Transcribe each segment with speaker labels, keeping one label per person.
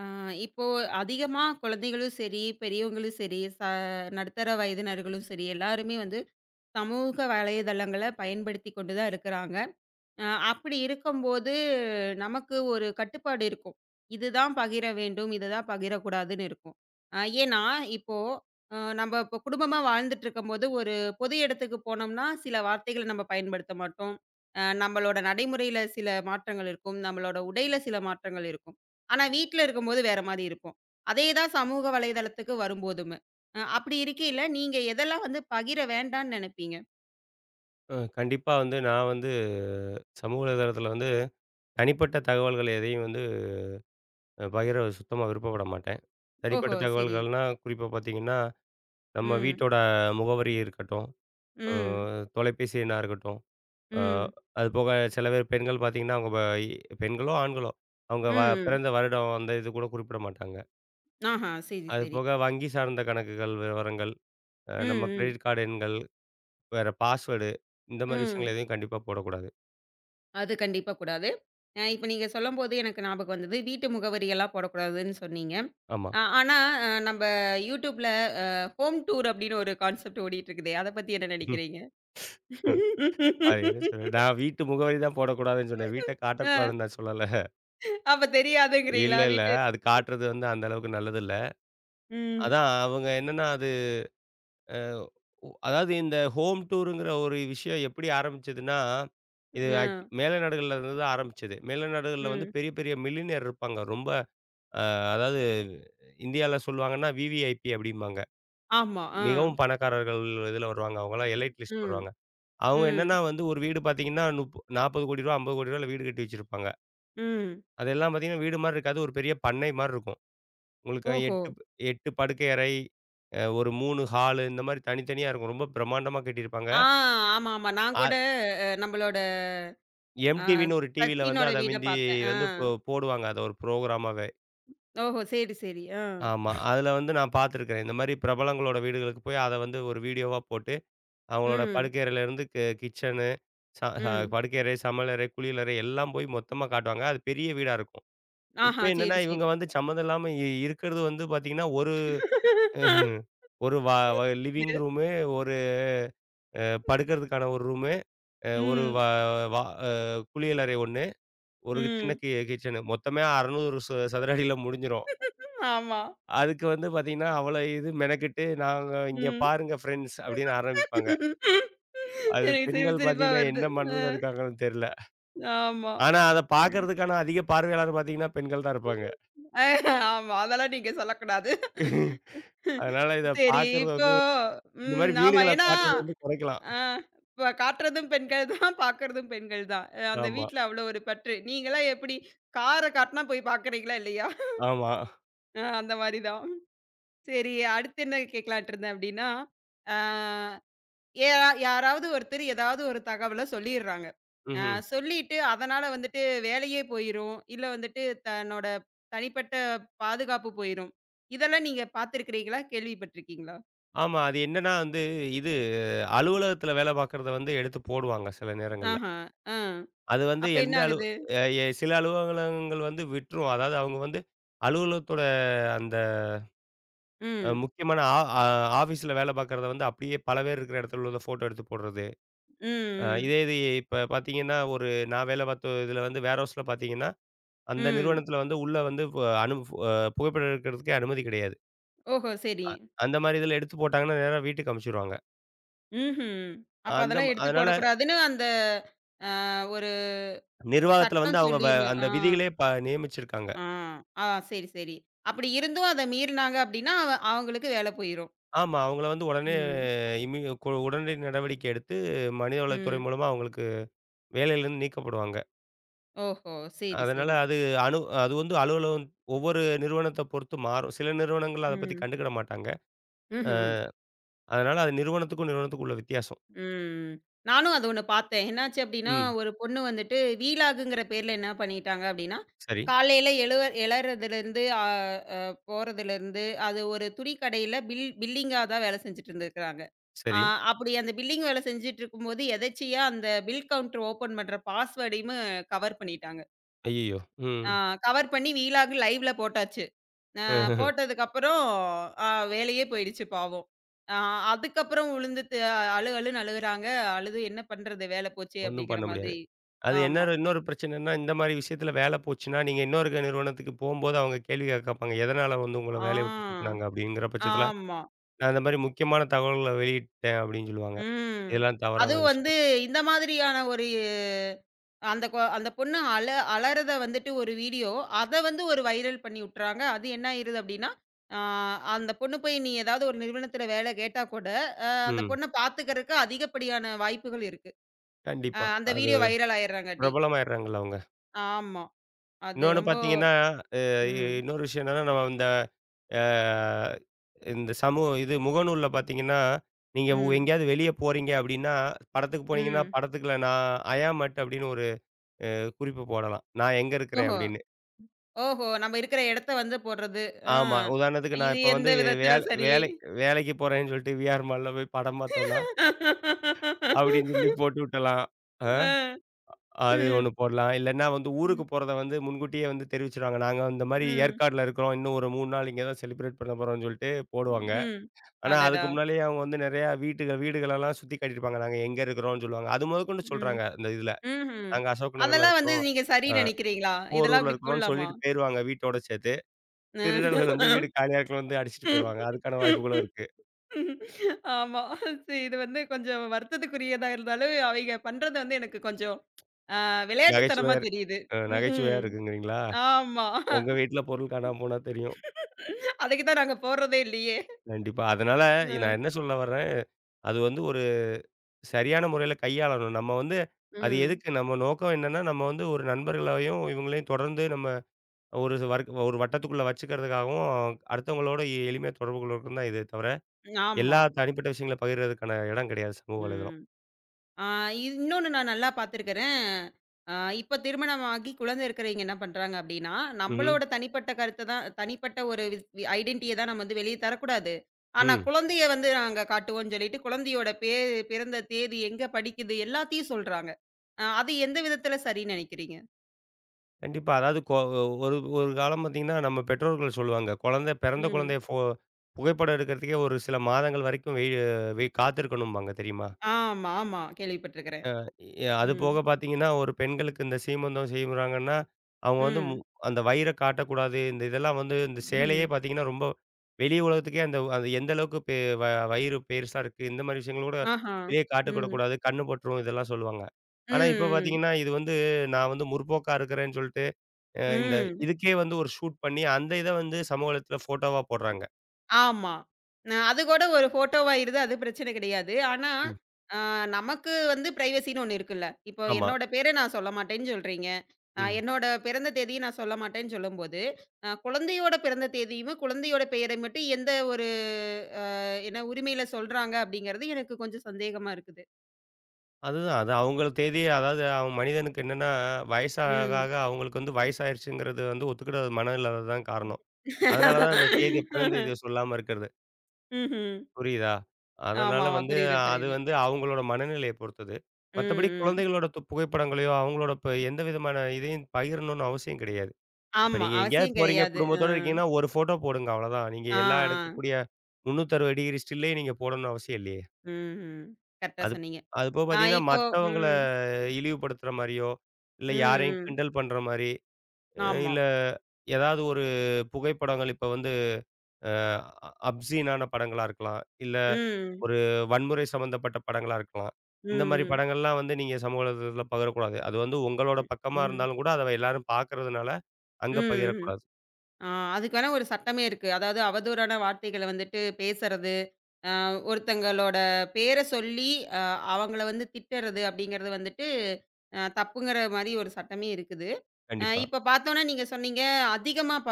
Speaker 1: ஆ, இப்போ அதிகமா குழந்தைகளும் சரி, பெரியவங்களும் சரி, நடுத்தர வயதினர்களும் சரி, எல்லாருமே வந்து சமூக வலைதளங்கள பயன்படுத்திக் கொண்டு தான் இருக்கிறாங்க. அப்படி இருக்கும்போது, நமக்கு ஒரு கட்டுப்பாடு இருக்கும். இதுதான் பகிர வேண்டும், இதுதான் பகிரக்கூடாதுன்னு இருக்கும். அ. ஏன்னா, இப்போ நம்ம இப்போ குடும்பமா வாழ்ந்துட்டுருக்கும்போது, ஒரு பொது இடத்துக்கு போனோம்னா, சில வார்த்தைகள நம்ம பயன்படுத்த மாட்டோம். நம்மளோட நடைமுறையில சில மாற்றங்கள் இருக்கும். நம்மளோட உடையில சில மாற்றங்கள் இருக்கும். ஆனா, வீட்ல இருக்கும்போது வேற மாரி இருக்கும். அதே தான் சமூக வலைதளத்துக்கு வரும்போதுமே. அப்படி இருக்கையில, நீங்க எதெல்லாம் வந்து பகிர வேண்டான்னு நெனைப்பீங்க?
Speaker 2: கண்டிப்பா வந்து நான் சமூக வலைதளத்தில வந்து தனிப்பட்ட தகவல்கள் எதையும் வந்து அ பகிர சுத்தமா விருப்பப்பட மாட்டேன். தனிப்பட்ட
Speaker 1: ஓஹோ! சரி.
Speaker 2: தகவல்கள்னா, குறிப்பா பார்த்தீங்கன்னா, நம்ம
Speaker 1: ம்.
Speaker 2: வீட்டோட முகவரி இருக்கட்டும், அ
Speaker 1: ம்.
Speaker 2: தொலைபேசி எண்ணா இருக்கட்டும், அ
Speaker 1: ம்.
Speaker 2: அது போக சில பேர் பெண்கள் பார்த்தீங்கன்னா, அவங்க இ பெண்களோ, ஆண்களோ அவங்க
Speaker 1: ம்.
Speaker 2: பிறந்த வருடம் அந்த இது கூட குறிப்பிட மாட்டாங்க.
Speaker 1: ஆஹா! சரி,
Speaker 2: அது
Speaker 1: சரி.
Speaker 2: போக வங்கி சார்ந்த கணக்குகள் விவரங்கள்,
Speaker 1: ம்,
Speaker 2: நம்ம
Speaker 1: ம்,
Speaker 2: கிரெடிட் கார்டு எண்கள், வேற பாஸ்வேர்டு, இந்த மாரி
Speaker 1: ம்.
Speaker 2: விஷயங்கள் எதையும் கண்டிப்பா போடக்கூடாது.
Speaker 1: அது கண்டிப்பா கூடாது. இப்ப நீங்க சொல்லும்போது எனக்கு ஞாபகம் வந்தது. வீட்டு முகவரியெல்லாம் போடக்கூடாதுன்னு சொன்னீங்க.
Speaker 2: ஆமா.
Speaker 1: அ. ஆனா நம்ப YouTubeல அ. ஹோம் டூர் அப்படின்னு ஒரு கான்செப்ட் ஓடிட்டு இருக்குதே, அத பத்தி என்ன
Speaker 2: ம்.
Speaker 1: நினைக்கிறீங்க?
Speaker 2: அது என்ன சொன்னேன், நான் வீட்டு முகவரி தான் போடக்கூடாதுன்னு சொன்னேன். வீட்ட
Speaker 1: அ
Speaker 2: காட்டக்கூடாதுன்னு நான் சொல்லல.
Speaker 1: அப்ப
Speaker 2: இல்ல,
Speaker 1: தெரியாதுங்கிறீங்களா?
Speaker 2: இல்ல.
Speaker 1: வீட்டு
Speaker 2: அது காட்டுறது வந்து அந்த அளவுக்கு நல்லதில்ல.
Speaker 1: ம்.
Speaker 2: அதான் அவங்க என்னன்னா அது அ உ அதாவது இந்த ஹோம் டூருங்கிற ஒரு விஷயம் எப்படி ஆரம்பிச்சதுன்னா, இது
Speaker 1: அ.
Speaker 2: மேல நாடுகள்ல இருந்து தான் ஆரம்பிச்சது. மேல நாடுகள்ல வந்து
Speaker 1: ம்.
Speaker 2: பெரிய, பெரிய மில்லினியர் இருப்பாங்க. ரொம்ப அ அதாவது இந்தியால சொல்லுவாங்கன்னா விவிஐபி அப்படிம்பாங்க.
Speaker 1: ஆமா. ஆ.
Speaker 2: மிகவும் பணக்காரர்கள் இதில வருவாங்க. அவங்கலாம் எலைட் லிஸ்ட்
Speaker 1: ம்.
Speaker 2: வருவாங்க. அவங்க
Speaker 1: ம்.
Speaker 2: என்னன்னா வந்து ஒரு வீடு பார்த்தீங்கன்னா, ரூ. 40,00,00,000 ரூ. 50,00,00,000 வீடு கட்டி வச்சிருப்பாங்க.
Speaker 1: ம்.
Speaker 2: அதெல்லாம் பார்த்தீங்கன்னா, வீடு மாரி இருக்காது. ஒரு பெரிய பண்ணை மாரி இருக்கும். உங்களுக்கு
Speaker 1: ஓஹோ!
Speaker 2: 8 படுக்கை அறை, ஒரு 3 ஹாலு, இந்த மாரி தனித்தனியா இருக்கும். ரொம்ப பிரம்மாண்டமா கட்டியிருப்பாங்க.
Speaker 1: ஆ. ஆமாமா. நான்
Speaker 2: அ
Speaker 1: கூட நம்மளோட அ
Speaker 2: எம்டிவின்னு ஒரு டிவில வந்து
Speaker 1: சச்சினோட
Speaker 2: அத
Speaker 1: வீட
Speaker 2: மிந்தி
Speaker 1: பார்த்தேன். ஆ.
Speaker 2: வந்து போடுவாங்க. அத ஒரு புரோகிராமாவே.
Speaker 1: ஓஹோ! சரி, சரி. ஆ.
Speaker 2: ஆமா. அதுல வந்து நான் பார்த்துருக்கிறேன். இந்த மாரி பிரபலங்களோட வீடுகளுக்கு போய் அத வந்து ஒரு வீடியோவா போட்டு, அவங்களோட
Speaker 1: ம்.
Speaker 2: படுக்கை அறையிலேருந்து கிச்சனு, ச ச
Speaker 1: ம்.
Speaker 2: படுக்கை அறை, சமையலறை, குளியலறை எல்லாம் போய் மொத்தமா காட்டுவாங்க. அது பெரிய வீடா இருக்கும். இப்ப
Speaker 1: ஆஹா!
Speaker 2: என்னன்னா,
Speaker 1: சரி,
Speaker 2: இவங்க
Speaker 1: சரி.
Speaker 2: வந்து சம்மந்தம் இல்லாம இருக்கிறது வந்து பார்த்தீங்கன்னா, ஒரு ம்ஹ்ம். ஒரு வா வ லிவிங்
Speaker 1: இது.
Speaker 2: ரூமு, ஒரு அ படுக்கிறதுக்கான ஒரு ரூமு, அ ஒரு
Speaker 1: ம்.
Speaker 2: வா வா அ குளியலறை ஒண்ணு, ஒரு சின்ன
Speaker 1: ம்.
Speaker 2: கிச்சனு. மொத்தமே 600 சதுர அடியில முடிஞ்சிரும்.
Speaker 1: ஆமா.
Speaker 2: அதுக்கு வந்து பார்த்தீங்கன்னா, அவ்வளோ இது மெனக்கெட்டு, "நாங்க இங்க
Speaker 1: ம்.
Speaker 2: பாருங்க ஃப்ரெண்ட்ஸ்" அப்படின்னு ஆரம்பிப்பாங்க. அது
Speaker 1: எனக்கு சிரிப்பு
Speaker 2: பெண்கள்
Speaker 1: சிரிப்பா
Speaker 2: பார்த்தீங்கன்னா,
Speaker 1: வருது.
Speaker 2: என்ன
Speaker 1: அ.
Speaker 2: மனநிலையில இருக்காங்கன்னு தெரியல.
Speaker 1: ஆமா.
Speaker 2: ஆனா, அத பார்க்கறதுக்கான அதிக பார்வையாளர் பார்த்தீங்கன்னா, பெண்கள் தான் இருப்பாங்க.
Speaker 1: அஹ், ஆமா. அதெல்லாம் நீங்க சொல்லக்கூடாது.
Speaker 2: அதனால இத
Speaker 1: சரி,
Speaker 2: பார்க்கறது
Speaker 1: இப்போ
Speaker 2: வந்து இந்த மாரி
Speaker 1: ம். ஆமா.
Speaker 2: வீடுகள
Speaker 1: ஏன்னா,
Speaker 2: காட்டுறத வந்து குறைக்கலாம்.
Speaker 1: அ இப்ப காட்டுறதும் பெண்கள் தான், பார்க்கறதும் பெண்கள் தான். அந்த
Speaker 2: ஆமா,
Speaker 1: வீட்ல அவ்வளோ ஒரு பற்று. நீங்கலாம் எப்படி கார காட்டுனா போய் பார்க்குறீங்களா? இல்லையா?
Speaker 2: ஆமா.
Speaker 1: அந்த மாரி தான். சரி, அடுத்து என்ன கேட்கலான்ட்டு இருந்தேன் அப்டின்னா, ஆ. யாரா யாராவது ஒருத்தர் ஏதாவது ஒரு தகவல சொல்லிர்றாங்க. அ
Speaker 2: ம்ஹ்ம்.
Speaker 1: சொல்லிட்டு அதனால வந்துட்டு வேலையே போயிரும். இல்ல வந்துட்டு தன்னோட தனிப்பட்ட பாதுகாப்பு போயிரும். இதெல்லாம் நீங்க பார்த்துருக்கிறீங்களா? கேள்விப்பட்டுருக்கீங்களா?
Speaker 2: ஆமா. அது என்னன்னா வந்து, இது அலுவலகத்தில வேலை பார்க்கிறத வந்து எடுத்து போடுவாங்க சில நேரங்கள்ல.
Speaker 1: ஆஹா. ஆ.
Speaker 2: அது வந்து
Speaker 1: அப்ப என்ன
Speaker 2: எந்த அலு
Speaker 1: ஆகுது?
Speaker 2: அ எ சில அலுவலகங்கள் வந்து விட்டுரும். அதாவது அவங்க வந்து அலுவலகத்தோட அந்த
Speaker 1: ம்.
Speaker 2: முக்கியமான ஆ ஆ ஆஃபீஸ்ல வேலை பார்க்கிறத வந்து அப்படியே பல பேர் இருக்கிற இடத்துல உள்ளத ஃபோட்டோ எடுத்து போடுறது.
Speaker 1: ம்.
Speaker 2: அ
Speaker 1: ம்.
Speaker 2: இதே இது இப்ப பார்த்தீங்கன்னா, ஒரு நான் வேலை பார்த்த இதில வந்து வேர் ஹவுஸ்ல பார்த்தீங்கன்னா, அந்த
Speaker 1: ம்.
Speaker 2: நிறுவனத்தில வந்து உள்ள வந்து ப அனு அ புகைப்படம் எடுக்கிறதுக்கே அனுமதி கிடையாது.
Speaker 1: ஓஹோ! சரி.
Speaker 2: அ அந்த மாரி இதில எடுத்து போட்டாங்கன்னா, நேரா வீட்டுக்கு அனுப்பிச்சுருவாங்க.
Speaker 1: ம்ஹ்ம். அப்ப அதெல்லாம் எடுத்து
Speaker 2: அதனால
Speaker 1: போடக்கூடாதுன்னு அந்த அ. ஒரு
Speaker 2: நிர்வாகத்துல வந்து
Speaker 1: சட்டம்
Speaker 2: அவங்க
Speaker 1: சொல்லி
Speaker 2: அந்த
Speaker 1: ஆ.
Speaker 2: விதிகளே நியமிச்சிருக்காங்க.
Speaker 1: ஆ. ஆ. சரி, சரி. அப்படி இருந்தும் அத மீறினாங்க அப்படின்னா, அவங்களுக்கு வேல போயிரும்.
Speaker 2: ஆமா. அவங்கள வந்து உடனே
Speaker 1: ம்.
Speaker 2: இம்மி கு உடனடி நடவடிக்கை எடுத்து மனிதவளத்துறை
Speaker 1: ம்.
Speaker 2: மூலமா அவங்களுக்கு வேலையிலிருந்து நீக்கப்படுவாங்க.
Speaker 1: ஓஹோ! சரி,
Speaker 2: அதனால
Speaker 1: சரி.
Speaker 2: அனு அது வந்து அலுவலகம் ஒவ்வொரு நிறுவனத்த பொறுத்து மாறும். சில நிறுவனங்கள் அத பத்தி
Speaker 1: ம்.
Speaker 2: கண்டுக்கிட மாட்டாங்க.
Speaker 1: ம்ஹ்ம்.
Speaker 2: அதனால அது நிறுவனத்துக்கும் நிறுவனத்துக்கும் உள்ள வித்தியாசம்.
Speaker 1: ம். நானும் அது ஒண்ணு பார்த்தேன். என்னாச்சு அப்படின்னா,
Speaker 2: ம்.
Speaker 1: ஒரு பொண்ணு வந்துட்டு வீலாகுங்கிற பேர்ல என்ன பண்ணிட்டாங்க அப்படின்னா,
Speaker 2: சரி,
Speaker 1: காலையில எழறதுலேருந்து ஆ. அ போறதுலேருந்து, அது ஒரு துணி கடையில பில்லிங்கா தான் வேலை செஞ்சுட்டு இருந்திருக்கிறாங்க. ஆ.
Speaker 2: சரி.
Speaker 1: அப்படி அந்த பில்லிங் வேலை செஞ்சுட்டு இருக்கும்போது, எதர்ச்சியா அந்த பில் கவுண்டர் ஓப்பன் பண்ற பாஸ்வேர்டையுமே கவர் பண்ணிட்டாங்க.
Speaker 2: ஐய்யயோ! ம்.
Speaker 1: ஆ. கவர் பண்ணி வீலாக் லைவ்ல போட்டாச்சு. அ. போட்டதுக்கப்புறம் அ. வேலையே போயிடுச்சு பாவம். அ. அதுக்கப்புறம் விழுந்து அழுன்னு அழுகுறாங்க. அழுது என்ன பண்றது? வேல போச்சே!
Speaker 2: ஒண்ணும்
Speaker 1: அப்படிங்கிற
Speaker 2: பண்ண முடியாது.
Speaker 1: மாதிரி.
Speaker 2: அது என்ன
Speaker 1: ஆமா.
Speaker 2: இன்னொரு பிரச்சனைன்னா, இந்த மாரி விஷயத்துல வேல போச்சுன்னா, நீங்க இன்னொரு நிறுவனத்துக்கு போம்போது அவங்க கேள்வி கேட்பாங்க. எதனால வந்து உங்கள வேலைய விட்டு
Speaker 1: ஆ.
Speaker 2: தூக்குனாங்க? அப்படிங்கிற பட்சத்துல
Speaker 1: ஆமா.
Speaker 2: நான் இந்த மாரி முக்கியமான தகவல்கள வெளியிட்டேன் அப்படின்னு சொல்லுவாங்க.
Speaker 1: ம்.
Speaker 2: இதெல்லாம் தவறான
Speaker 1: அதுவும் வந்து
Speaker 2: விஷயம்.
Speaker 1: இந்த மாதிரியான ஒரு அந்த பொண்ணு அலறத வந்துட்டு ஒரு வீடியோ, அத வந்து ஒரு வைரல் பண்ணி விட்டுறாங்க. அது என்ன ஆயிருது அப்டின்னா, ஆ. அந்த பொண்ணு போய் நீ ஏதாவது ஒரு நிறுவனத்தில வேல கேட்டா கூட, அந்த
Speaker 2: ம்.
Speaker 1: பொண்ண பார்த்துக்கறக்கு அதிகப்படியான வாய்ப்புகள் இருக்கு.
Speaker 2: கண்டிப்பா.
Speaker 1: அந்த
Speaker 2: அது
Speaker 1: வீடியோ வைரல் ஆயிடுறாங்காட்டி.
Speaker 2: பிரபலமாயிடுறாங்கல்ல அவங்க.
Speaker 1: ஆமா. அது
Speaker 2: இன்னொன்னு
Speaker 1: ரொம்ப
Speaker 2: பார்த்தீங்கன்னா, அ
Speaker 1: ம்,
Speaker 2: இன்னொரு விஷயம் என்னன்னா, நம்ம இந்த அ இந்த சமூக இது முகநூல்ல பார்த்தீங்கன்னா, நீங்க
Speaker 1: ம்,
Speaker 2: எங்கேயாவது வெளிய போறீங்க அப்படின்னா, படத்துக்கு போனீங்கன்னா,
Speaker 1: ம்.
Speaker 2: படத்துக்குள்ள நான் ஐ ஆம் அட் அப்படின்னு ஒரு குறிப்பு போடலாம். நான் எங்க இருக்கிறேன்
Speaker 1: ஓஹோ!
Speaker 2: அப்படின்னு.
Speaker 1: ஓஹோ! நம்ம இருக்கிற இடத்த வந்து போடுறது. ஆ.
Speaker 2: ஆமா. உதாரணத்துக்கு நான்
Speaker 1: இது
Speaker 2: இப்ப
Speaker 1: எந்த
Speaker 2: வந்து
Speaker 1: விதத்தில
Speaker 2: வேலை
Speaker 1: சரி?
Speaker 2: வேலை வேலைக்கு போறேன்னு சொல்லிட்டு விஆர் மால்ல போய் படம் பார்த்தோம்னா, அப்படின்னு சொல்லி போட்டு விட்டலாம். அ.
Speaker 1: ஆ. ம்.
Speaker 2: அது ஒண்ணு போடலாம். இல்லன்னா வந்து ஊருக்கு
Speaker 1: ம்.
Speaker 2: போறத வந்து முன்கூட்டியே வந்து தெரிவிச்சுருவாங்க. நாங்க இந்த மாரி
Speaker 1: ம்.
Speaker 2: ஏற்காடுல இருக்கிறோம். இன்னும் ஒரு 3 நாள் இங்க தான் செலிப்ரேட் பண்ண போறோம்னு சொல்லிட்டு போடுவாங்க.
Speaker 1: ம்.
Speaker 2: ஆனா
Speaker 1: அடடா!
Speaker 2: அதுக்கு முன்னாலயே அவங்க வந்து நெறையா வீடுகளெல்லாம் சுத்தி காட்டியிருப்பாங்க. நாங்க எங்க இருக்கிறோம்னு சொல்லுவாங்க. அது முதற்கொண்டு
Speaker 1: ம்.
Speaker 2: சொல்றாங்க அந்த இதுல.
Speaker 1: ம்ஹ்ம்.
Speaker 2: நாங்க அசோக் நகர்ல
Speaker 1: அதெல்லாம் வந்து
Speaker 2: இருக்கிறோம்.
Speaker 1: நீங்க சரி
Speaker 2: அ
Speaker 1: நினைக்கிறீங்களா? இதெல்லாம்
Speaker 2: போரூர்ல
Speaker 1: இப்படி
Speaker 2: இருக்கிறோம்னு
Speaker 1: போடலாமா?
Speaker 2: சொல்லிட்டு போயிருவாங்க வீட்டோட சேர்த்து. திருடர்கள் வந்து
Speaker 1: அ.
Speaker 2: வீடு காலியா இருக்குன்னு வந்து அடிச்சுட்டு போயிருவாங்க. அதுக்கான வாய்ப்புகளும் இருக்குது.
Speaker 1: ஆமா. சரி, இது வந்து கொஞ்சம் வருத்தத்துக்குரியதா இருந்தாலும், அவைங்க பண்றது வந்து எனக்கு கொஞ்சம் ஆ. விளையாட்டுத்தனமா
Speaker 2: நகைச்சுவையாக இருக்கு.
Speaker 1: தெரியுது.
Speaker 2: நகைச்சுவையா
Speaker 1: ம்.
Speaker 2: இருக்குங்கிறீங்களா?
Speaker 1: ஆமா.
Speaker 2: உங்க வீட்ல பொருள் காணாம போனா தெரியும்.
Speaker 1: அதுக்கு தான் நாங்க போடுறதே இல்லையே.
Speaker 2: கண்டிப்பா. அதனால நான்
Speaker 1: ம்.
Speaker 2: என்ன சொல்ல வர்றேன், அது வந்து சரியான முறையில கையாளணும். நம்ம வந்து அது
Speaker 1: ம்.
Speaker 2: எதுக்கு நம்ம நோக்கம் என்னன்னா, நம்ம வந்து ஒரு நண்பர்களையும், இவங்களையும் தொடர்ந்து நம்ம ஒரு வட்டத்துக்குள்ள வச்சுக்கிறதுக்காகவும், அடுத்தவங்களோட எளிமையா தொடர்பு கொள்வதற்கும் தான் இதே தவிர,
Speaker 1: ஆமா.
Speaker 2: எல்லா தனிப்பட்ட விஷயங்கள பகிர்றதுக்கான இடம் கிடையாது சமூக வலைதளம்.
Speaker 1: ம். ஆ. இன்னொன்னு நான் நல்லா பார்த்துருக்கிறேன். அ இப்ப திருமணமாகி குழந்தை இருக்கிறவைங்க என்ன பண்றாங்க அப்டின்னா,
Speaker 2: ம்ஹ்ம்.
Speaker 1: நம்மளோட தனிப்பட்ட கருத்த தான் தனிப்பட்ட ஒரு ஐடென்டிட்டிய தான் நம்ம வந்து வெளிய தரக்கூடாது. ஆனா
Speaker 2: ம்.
Speaker 1: குழந்தைய வந்து நாங்க காட்டுவோம்னு சொல்லிட்டு, குழந்தையோட பிறந்த தேதி, எங்க படிக்குது எல்லாத்தையும் சொல்றாங்க. அது எந்த விதத்தில சரின்னு நெனைக்கிறீங்க?
Speaker 2: கண்டிப்பா. அதாவது ஒரு ஒரு காலம் பார்த்தீங்கன்னா, நம்ம பெற்றோர்கள் சொல்லுவாங்க. குழந்தை பிறந்த
Speaker 1: ம்.
Speaker 2: குழந்தைய புகைப்படம் எடுக்கிறதுக்கே ஒரு சில மாதங்கள் வரைக்கும் வெயி வெய் காத்திருக்கணும்பாங்க தெரியுமா?
Speaker 1: ஆமா, ஆமா. கேள்விப்பட்டுருக்கிறேன்.
Speaker 2: அது
Speaker 1: ம்.
Speaker 2: போக பார்த்தீங்கன்னா, ஒரு பெண்களுக்கு இந்த சீமந்தம் செய்றாங்கன்னா, அவங்க வந்து
Speaker 1: ம்.
Speaker 2: அந்த வயிற காட்டக்கூடாது. இந்த இதெல்லாம் வந்து இந்த சேலையே
Speaker 1: ம்.
Speaker 2: பார்த்தீங்கன்னா, ரொம்ப வெளி உலகத்துக்கே அந்த அது எந்த அளவுக்கு பெ வ வயிறு பெருசா இருக்கு. இந்த மாரி விஷயங்கள கூட
Speaker 1: ஆஹா.
Speaker 2: வெளிய
Speaker 1: ம்.
Speaker 2: காட்டிவிடக்கூடாது. கண்ணு பட்டுரும் இதெல்லாம் சொல்லுவாங்க. ஆனா, இப்ப
Speaker 1: ம்.
Speaker 2: பார்த்தீங்கன்னா, இது வந்து நான் வந்து முற்போக்கா இருக்கிறேன்னு சொல்ட்டு, இந்த
Speaker 1: ம். ம்.
Speaker 2: இதுக்கே வந்து ஒரு ஷூட் பண்ணி, அந்த இத வந்து சமூக வலைத்தளத்துல ஃபோட்டோவா போடுறாங்க.
Speaker 1: ஆமா. அது கூட ஒரு ஃபோட்டோவாயிருது. அது பிரச்சனை கிடையாது. ஆனா,
Speaker 2: ம்.
Speaker 1: அ நமக்கு வந்து பிரைவசின்னு ஒண்ணு இருக்குல்ல. இப்போ
Speaker 2: ஆமா.
Speaker 1: என்னோட பேர நான் சொல்ல மாட்டேன்னு சொல்றீங்க.
Speaker 2: ம்.
Speaker 1: என்னோட பிறந்த தேதிய நான் சொல்ல மாட்டேன்னு சொல்லும்போது, குழந்தையோட பிறந்த தேதியுமே, குழந்தையோட பெயரை மட்டும் எந்த ஒரு அ. என்ன உரிமையில சொல்றாங்க அப்படிங்கிறது எனக்கு கொஞ்சம் சந்தேகமா இருக்குது.
Speaker 2: அதுதான். அது அவுங்கள தேதி அதாவது அவன் மனிதனுக்கு என்னன்னா, வயசாக
Speaker 1: ம்.
Speaker 2: ஆக அவங்களுக்கு வந்து வயசாயிருச்சுங்கிறது வந்து ஒத்துக்கிட மனநிலை தான் காரணம். அதனால தான் இந்த தேதிய பிறந்த தேதிய சொல்லாம இருக்கிறது.
Speaker 1: ம்ஹ்ம்.
Speaker 2: புரியுதா? அதனால
Speaker 1: ஆமாமா.
Speaker 2: வந்து
Speaker 1: புரியுது,
Speaker 2: அது
Speaker 1: புரியுது.
Speaker 2: வந்து அவங்களோட மனநிலைய பொறுத்தது. மத்தபடி
Speaker 1: ம், ம்.
Speaker 2: குழந்தைகளோட புகைப்படங்களையோ, அவங்களோட இப்ப எந்த விதமான இதையும் பகிரணும்னு அவசியம் கிடையாது. இப்ப
Speaker 1: ஆமா.
Speaker 2: நீங்க எங்கேயாவது
Speaker 1: அவசியம்
Speaker 2: போறீங்க,
Speaker 1: கிடையாது. அ.
Speaker 2: குடும்பத்தோட இருக்கீங்கன்னா, ஒரு ஃபோட்டோ போடுங்க அவ்வளதான். நீங்க
Speaker 1: ஆ,
Speaker 2: எல்லா
Speaker 1: ஆ.
Speaker 2: எடுக்கக்கூடிய 360 டிகிரி ஸ்டில்லையும் நீங்க போடணும்னு அவசியம் இல்லையே!
Speaker 1: ம்ஹ்ம். கரெக்ட்டா
Speaker 2: அது
Speaker 1: சொன்னீங்க.
Speaker 2: அது போக
Speaker 1: ஆ.
Speaker 2: பார்த்தீங்கன்னா,
Speaker 1: இப்போ ம்,
Speaker 2: மத்தவங்கள இழிவுபடுத்துற மாரியோ, இல்ல யாரையும்
Speaker 1: ம், ம்.
Speaker 2: கிண்டல் பண்ற மாரி, அ
Speaker 1: ஆமா.
Speaker 2: இல்ல ஏதாவது ஒரு புகைப்படங்கள் இப்ப வந்து அ அப்சீனான படங்களா இருக்கலாம். இல்ல
Speaker 1: ம்.
Speaker 2: ஒரு வன்முறை சம்மந்தப்பட்ட படங்களா இருக்கலாம். இந்த மாரி
Speaker 1: ம்.
Speaker 2: படங்கள்லாம் வந்து நீங்க சமூக வலைதளத்தில பகிரக்கூடாது. அது வந்து உங்களோட
Speaker 1: ம்.
Speaker 2: பக்கமா
Speaker 1: ம்.
Speaker 2: இருந்தாலும் கூட அத எல்லாரும் பார்க்கறதுனால அங்க
Speaker 1: ம்.
Speaker 2: பகிரக்கூடாது.
Speaker 1: ஆ. அதுக்கு வேணா ஒரு சட்டமே இருக்கு. அதாவது அவதூறான வார்த்தைகள வந்துட்டு பேசுறது, அ ஒருத்தங்களோட பேர சொல்லி அ. அவங்கள வந்து திட்டுறது அப்படிங்கிறது வந்துட்டு தப்புங்கிற மாரி ஒரு சட்டமே இருக்குது.
Speaker 2: கண்டிப்பா.
Speaker 1: இப்ப பார்த்தோம்னா நீங்க சொன்னீங்க அதிகமா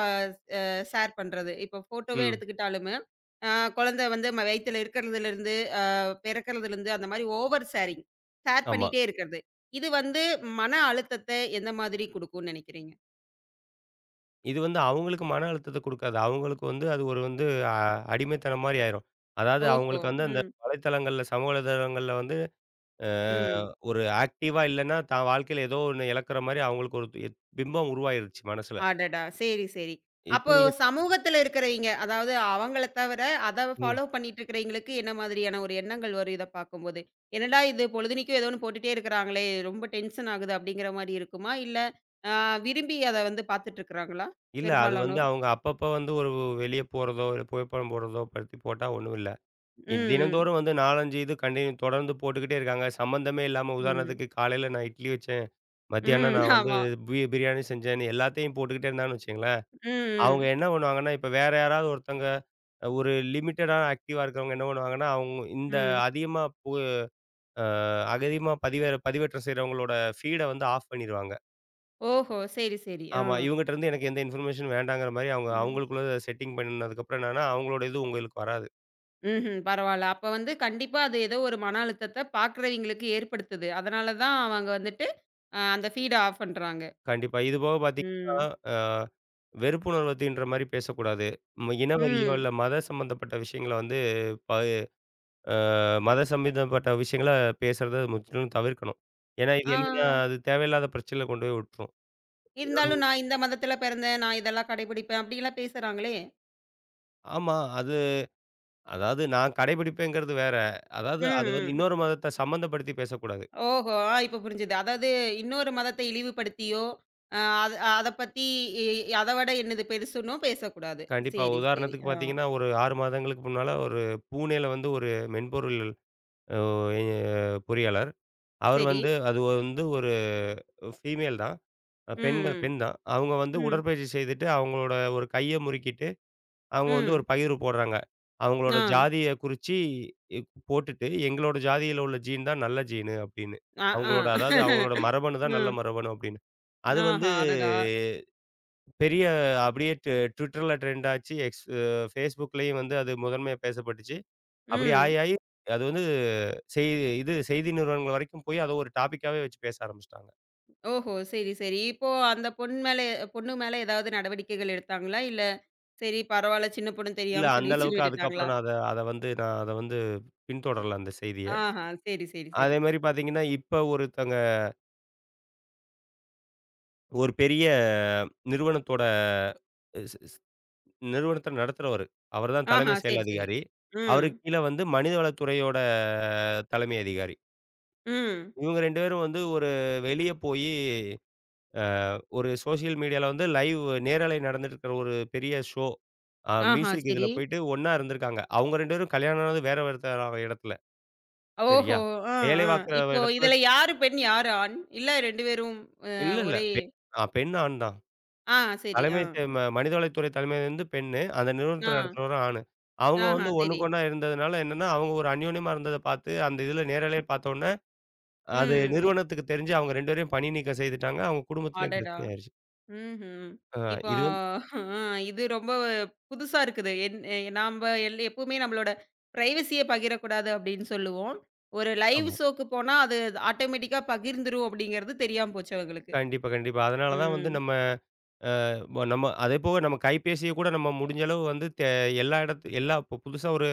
Speaker 1: ஷேர் பண்றது. இப்போ ஃபோட்டோவே
Speaker 2: ம்.
Speaker 1: எடுத்துக்கிட்டாலுமே, அ குழந்தை வந்து வயித்துல இருக்கிறதுலருந்து, அ பிறக்கிறதுலருந்து அந்த மாரி ஓவர் ஷேரிங். ஷேர்
Speaker 2: ஆமா.
Speaker 1: பண்ணிட்டே இருக்கிறது. இது வந்து மன அழுத்தத்த எந்த மாதிரி குடுக்கும்னு நெனைக்கிறீங்க?
Speaker 2: இது வந்து அவங்களுக்கு மன அழுத்தத்த குடுக்காது. அவங்களுக்கு வந்து அது ஒரு வந்து அ அடிமைத்தனம் மாரி ஆயிரும். அதாவது
Speaker 1: ஓஹோ!
Speaker 2: அவங்களுக்கு வந்து அந்த
Speaker 1: ம்,
Speaker 2: சமூக வலைதளங்கள்ல வந்து அ
Speaker 1: ம்.
Speaker 2: ஒரு ஆக்டிவா இல்லன்னா, தான் வாழ்க்கையில ஏதோ ஒண்ணு இழக்கிற மாரி அவங்களுக்கு ஒரு பிம்பம் உருவாயிருச்சு மனசுல.
Speaker 1: அடடா! சரி, சரி.
Speaker 2: இப்ப
Speaker 1: அப்போ
Speaker 2: நீங்க
Speaker 1: சமூகத்துல இருக்கிறவைங்க, அதாவது அவங்கள தவிர, அத
Speaker 2: ம்.
Speaker 1: ஃபாலோ பண்ணிட்டு இருக்கிறவைங்களுக்கு என்ன மாதிரியான ஒரு எண்ணங்கள் வரும் இத பார்க்கும்போது? "என்னடா இது பொழுதனைக்கும் ஏதோ ஒண்ணு போட்டுட்டே இருக்கிறாங்களே! ரொம்ப டென்ஷன் ஆகுது." அப்படிங்கிற மாரி இருக்குமா? இல்ல அ விரும்பி அத வந்து பார்த்துட்டு இருக்கிறாங்களா?
Speaker 2: இல்ல அது வந்து
Speaker 1: பெரும்பாலானோர்.
Speaker 2: அவங்க அப்பப்ப வந்து ஒரு வெளிய போறதோ, இல்ல புகைப்படம் போடுறதோ பத்தி போட்டா ஒண்ணும் இல்ல.
Speaker 1: ம்,
Speaker 2: இத்
Speaker 1: ம்.
Speaker 2: தினந்தோறும் வந்து 4, 5 இது கன்டின்யூ தொடர்ந்து போட்டுக்கிட்டே இருக்காங்க. சம்மந்தமே இல்லாம
Speaker 1: ம்.
Speaker 2: உதாரணத்துக்கு காலையில நான் இட்லி வச்சேன், மத்தியானம்
Speaker 1: ம்.
Speaker 2: நான் வந்து
Speaker 1: ஆமா.
Speaker 2: பிரியாணி செஞ்சேன்னு எல்லாத்தையும் போட்டுக்கிட்டே இருந்தாங்கன்னு வச்சுக்கங்களேன்,
Speaker 1: ம்,
Speaker 2: அவங்க
Speaker 1: ம்.
Speaker 2: என்ன பண்ணுவாங்கன்னா, இப்ப வேற யாராவது ஒருத்தங்க, ஒரு லிமிட்டடான ஆக்டிவா இருக்கிறவங்க என்ன பண்ணுவாங்கன்னா, அவங்க இந்த
Speaker 1: ம்.
Speaker 2: அதிகமா பு அ அகதிமா பதிவேற்றம் செய்றவங்களோட ஃபீட வந்து ஆஃப் பண்ணிருவாங்க.
Speaker 1: ஓஹோ! சரி, சரி. ஆ.
Speaker 2: ஆமா. இவங்கட்ட இருந்து எனக்கு எந்த இன்ஃபர்மேஷனும் வேண்டாங்கிற மாரி அவங்க
Speaker 1: ம்.
Speaker 2: அவங்களுக்குள்ள செட்டிங் பண்ணதுக்கப்புறம் என்னன்னா, அவங்களோட இது உங்களுக்கு வராது.
Speaker 1: ம்ஹ்ம். பரவால்ல. அப்ப வந்து கண்டிப்பா அது ஏதோ ஒரு மன அழுத்தத்த பார்க்குறவங்களுக்கு ஏற்படுத்துது. அதனால தான் அவங்க வந்துட்டு அந்த ஃபீட ஆஃப் பண்றாங்க.
Speaker 2: கண்டிப்பா. இது போக பார்த்தீங்கன்னா,
Speaker 1: ம்.
Speaker 2: அ வெறுப்புணர்வ தீண்டுற மாரி பேசக்கூடாது. இனவெறியோ
Speaker 1: ம்.
Speaker 2: இல்ல மத சம்பந்தப்பட்ட விஷயங்கள வந்து ப மத சம்பந்தப்பட்ட விஷயங்கள பேசுறத முற்றிலும் தவிர்க்கணும். ஏன்னா இது
Speaker 1: ஆ.
Speaker 2: என்னன்னா, அது தேவையில்லாத பிரச்சனையில கொண்டு போய் விட்டுரும்.
Speaker 1: இருந்தாலும் நான் இந்த மதத்தில பிறந்தேன். நான் இதெல்லாம் கடைபிடிப்பேன். அப்படிலாம் பேசுறாங்களே.
Speaker 2: ஆமா. அது அதாவது நான் கடைபிடிப்பேங்கிறது வேற. அதாவது
Speaker 1: ம்,
Speaker 2: அது வந்து
Speaker 1: ம்.
Speaker 2: இன்னொரு மதத்த சம்மந்தப்படுத்தி பேசக்கூடாது.
Speaker 1: ஓஹோ! ஆ. இப்ப புரிஞ்சுது. அதாவது இன்னொரு மதத்தை இழிவுபடுத்தியோ, அ அது அத பத்தி இ அத விட என்னது பெருசுன்னும் பேசக்கூடாது.
Speaker 2: கண்டிப்பா.
Speaker 1: சரி, சரி.
Speaker 2: உதாரணத்துக்கு
Speaker 1: ஆ.
Speaker 2: பார்த்தீங்கன்னா, ஒரு 6 மாதங்களுக்கு முன்னால ஒரு பூனேல வந்து ஒரு மென்பொருள் அ பொறியாளர். அவர்
Speaker 1: சரி.
Speaker 2: வந்து அது வந்து ஒரு ஃபீமேல் தான். பெண்கள்
Speaker 1: ம்,
Speaker 2: பெண் தான். அவங்க வந்து
Speaker 1: ம். ம்,
Speaker 2: உடற்பயிற்சி செய்துட்டு, அவங்களோட ஒரு கைய முறுக்கிட்டு, அவங்க வந்து ஒரு
Speaker 1: ம்.
Speaker 2: பகிர்வு போடுறாங்க. அவங்களோட
Speaker 1: ஆ.
Speaker 2: ஜாதிய குறிச்சு இ போட்டுட்டு, எங்களோட ஜாதியில உள்ள ஜீன் தான் நல்ல ஜீனு அப்படின்னு.
Speaker 1: ஆ,
Speaker 2: அவங்களோட அதாவது
Speaker 1: ஆ.
Speaker 2: அவங்களோட மரபணு தான் நல்ல
Speaker 1: ம்.
Speaker 2: மரபணு அப்படின்னு. அது வந்து
Speaker 1: ஆஹா! அடடா!
Speaker 2: பெரிய அப்படியே Twitterல ட்ரெண்ட் ஆச்சு. எக்ஸ் Facebookலயும் வந்து அது முதன்மையா பேசப்பட்டுச்சு. அப்படி
Speaker 1: ம்.
Speaker 2: ஆயி, ஆயி அது வந்து செய் செய்தி நிறுவனங்கள் வரைக்கும் போய் அத ஒரு டாபிக்காவே வச்சு பேச ஆரம்பிச்சுட்டாங்க.
Speaker 1: ஓஹோ! சரி, சரி. இப்போ அந்த பொண்ணு மேல ஏதாவது நடவடிக்கைகள் எடுத்தாங்களா? இல்ல சரி, பரவால்ல. சின்ன பொண்ணு
Speaker 2: இல்ல
Speaker 1: தெரியாம
Speaker 2: அந்த
Speaker 1: சொல்லிருச்சுன்னு
Speaker 2: அளவுக்கு
Speaker 1: விட்டுட்டாங்களா?
Speaker 2: அதுக்கப்புறம் நான் அத வந்து பின்தொடரல அந்த செய்திய.
Speaker 1: ஆஹா! சரி, சரி,
Speaker 2: அதே
Speaker 1: சரி.
Speaker 2: மாரி பார்த்தீங்கன்னா, இப்ப ஒருத்தங்க ஒரு பெரிய நிறுவனத்தோட ஸ் ஸ் நிறுவனத்த நடத்துறவரு. அவர்தான்
Speaker 1: ஆஹா!
Speaker 2: தலைமை செயல்
Speaker 1: சரி, சரி.
Speaker 2: அதிகாரி.
Speaker 1: ம்,
Speaker 2: அவருக்கு கீழ வந்து மனிதவளத்துறையோட தலைமை அதிகாரி.
Speaker 1: ம்.
Speaker 2: இவங்க 2 பேரும் வந்து ஒரு வெளிய போயி, அ ஒரு சோசியல் மீடியால வந்து லைவ் நேரலை நடந்துட்டு இருக்கிற ஒரு பெரிய ஷோ,
Speaker 1: ஆஹா!
Speaker 2: மியூசிக் இதுல
Speaker 1: சரி.
Speaker 2: போயிட்டு ஒண்ணா இருந்திருக்காங்க. அவங்க 2 பேரும் கல்யாணம் ஆனது வேற வேற இடத்துல.
Speaker 1: ஓஹோ!
Speaker 2: சரியா?
Speaker 1: ஆ,
Speaker 2: வேலை
Speaker 1: ஆ.
Speaker 2: பார்க்குற
Speaker 1: இப்போ
Speaker 2: இடத்துல.
Speaker 1: இதுல யாரு பெண்? யாரு ஆண்? இல்ல 2 பேரும் அ.
Speaker 2: இல்ல, இல்ல.
Speaker 1: ஒரே
Speaker 2: பெ அ பெண், ஆண் தான்.
Speaker 1: ஆ. சரி. ஆ,
Speaker 2: தலைமை செ ம மனிதவளத்துறை தலைமை வந்து பெண்ணு. அந்த நிறுவனத்த
Speaker 1: ஆ.
Speaker 2: நடத்துறவரும் ஆணு. அவங்க
Speaker 1: ஆஹா!
Speaker 2: வந்து
Speaker 1: சரி.
Speaker 2: ஒண்ணுக்கொண்ணா இருந்ததுனால என்னன்னா, அவங்க ஒரு அந்யோன்யமா இருந்தத பார்த்து, அந்த இதுல நேரலைய பார்த்தோன்னே, அது
Speaker 1: ம்.
Speaker 2: நிறுவனத்துக்கு தெரிஞ்சு அவங்க 2 பேரையும் பணி நீக்கம் செய்துட்டாங்க. அவங்க குடும்பத்துலயும்
Speaker 1: அடடா!
Speaker 2: பிரச்சனை ஆயிருச்சு.
Speaker 1: ம்ஹ்ம்.
Speaker 2: ஆ
Speaker 1: இப்போ
Speaker 2: இது வந்து
Speaker 1: அ இது ரொம்ப புதுசா இருக்குது. என் எ நாம்ப எல் எப்பவுமே நம்மளோட பிரைவசிய பகிரக்கூடாது அப்படின்னு சொல்லுவோம். ஒரு லைவ்
Speaker 2: ஆமா.
Speaker 1: ஷோக்கு போனா அது ஆட்டோமேட்டிக்கா பகிர்ந்துரும் அப்படிங்கிறது தெரியாம போச்சு அவங்களுக்கு.
Speaker 2: கண்டிப்பா, கண்டிப்பா. அதனால தான் வந்து
Speaker 1: ம்.
Speaker 2: நம்ம நம்ம அதேபோக நம்ம கைபேசிய கூட நம்ம முடிஞ்ச அளவு வந்து எல்லா இடத்து எல்லா இப்போ புதுசா ஒரு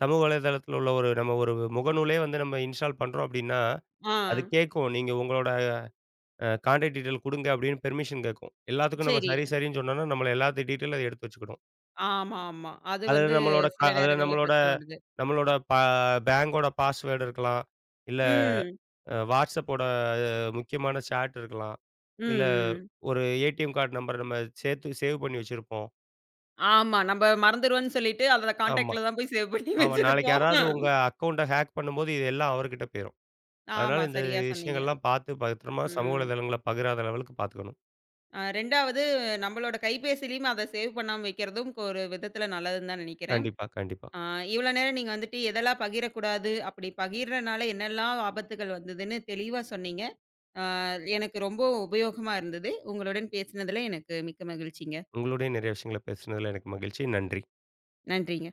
Speaker 2: சமூக வலைதளத்தில உள்ள ஒரு நம்ம ஒரு முகநூலே வந்து நம்ம இன்ஸ்டால் பண்றோம் அப்டின்னா,
Speaker 1: ஆ.
Speaker 2: அது கேட்கும். நீங்க உங்களோட கான்டாக்ட் டீட்டெயில் குடுங்க அப்டின்னு பெர்மிஷன் கேட்கும். எல்லாத்துக்கும் நம்ம
Speaker 1: சரி.
Speaker 2: சரி, சரின்னு சொன்னோம்னா, நம்மள எல்லாத்து டீட்டெயிலும் அது எடுத்து வச்சுக்கிடும்.
Speaker 1: ஆமா, ஆமா. அது வந்து சில
Speaker 2: அதில
Speaker 1: நேரங்கள்ல
Speaker 2: நம்மளோட
Speaker 1: பிரச்சனை வருது.
Speaker 2: நம்மளோட பேங்கோட பாஸ்வேர்டு இருக்கலாம். இல்ல
Speaker 1: ம்.
Speaker 2: வாட்ஸ்அப்போட முக்கியமான சாட் இருக்கலாம். இல்ல
Speaker 1: ம், ம்.
Speaker 2: ஒரு ஏடிஎம் கார்டு நம்பர் நம்ம சேர்த்து சேவ் பண்ணி வச்சிருப்போம்.
Speaker 1: ஆமா. நம்ம மறந்துருவோம்ன்னு சொல்லிட்டு அத
Speaker 2: ஆமா.
Speaker 1: கான்டாக்ட்ல தான் போய் சேவ் பண்ணி
Speaker 2: ஆமா. நாளைக்கு
Speaker 1: வச்சிருப்போம்.
Speaker 2: யாராவது உங்க அக்கவுண்ட்ட ஹேக் பண்ணும்போது இது எல்லாம் அவர்கிட்ட போயிரும்.
Speaker 1: ஆமா.
Speaker 2: அதனால இந்த
Speaker 1: சரியா சொன்னீங்க.
Speaker 2: விஷயங்கள்லாம் பார்த்து பத்திரமா சமூக
Speaker 1: ம்.
Speaker 2: வலைதளங்கள பகிராத லெவலுக்கு பார்த்துக்கணும்.
Speaker 1: அ. 2வது நம்மளோட கைபேசியிலயும் அத சேவ் பண்ணாம வைக்கிறதும் ஒரு விதத்துல நல்லதுன்னு தான் நினைக்கிறேன்.
Speaker 2: கண்டிப்பா, கண்டிப்பா.
Speaker 1: அ இவ்வளோ நேரம் நீங்க வந்துட்டு எதெல்லாம் பகிரக்கூடாது, அப்படி பகிர்றனால என்னெல்லாம் ஆபத்துகள் வந்ததுன்னு தெளிவா சொன்னீங்க. அ எனக்கு ரொம்ப உபயோகமா இருந்தது. உங்களுடன் பேசினதுல எனக்கு மிக்க மகிழ்ச்சிங்க.
Speaker 2: உங்களோடயும் நிறைய விஷயங்கள பேசினதுல எனக்கு மகிழ்ச்சி. நன்றி.
Speaker 1: நன்றிங்க.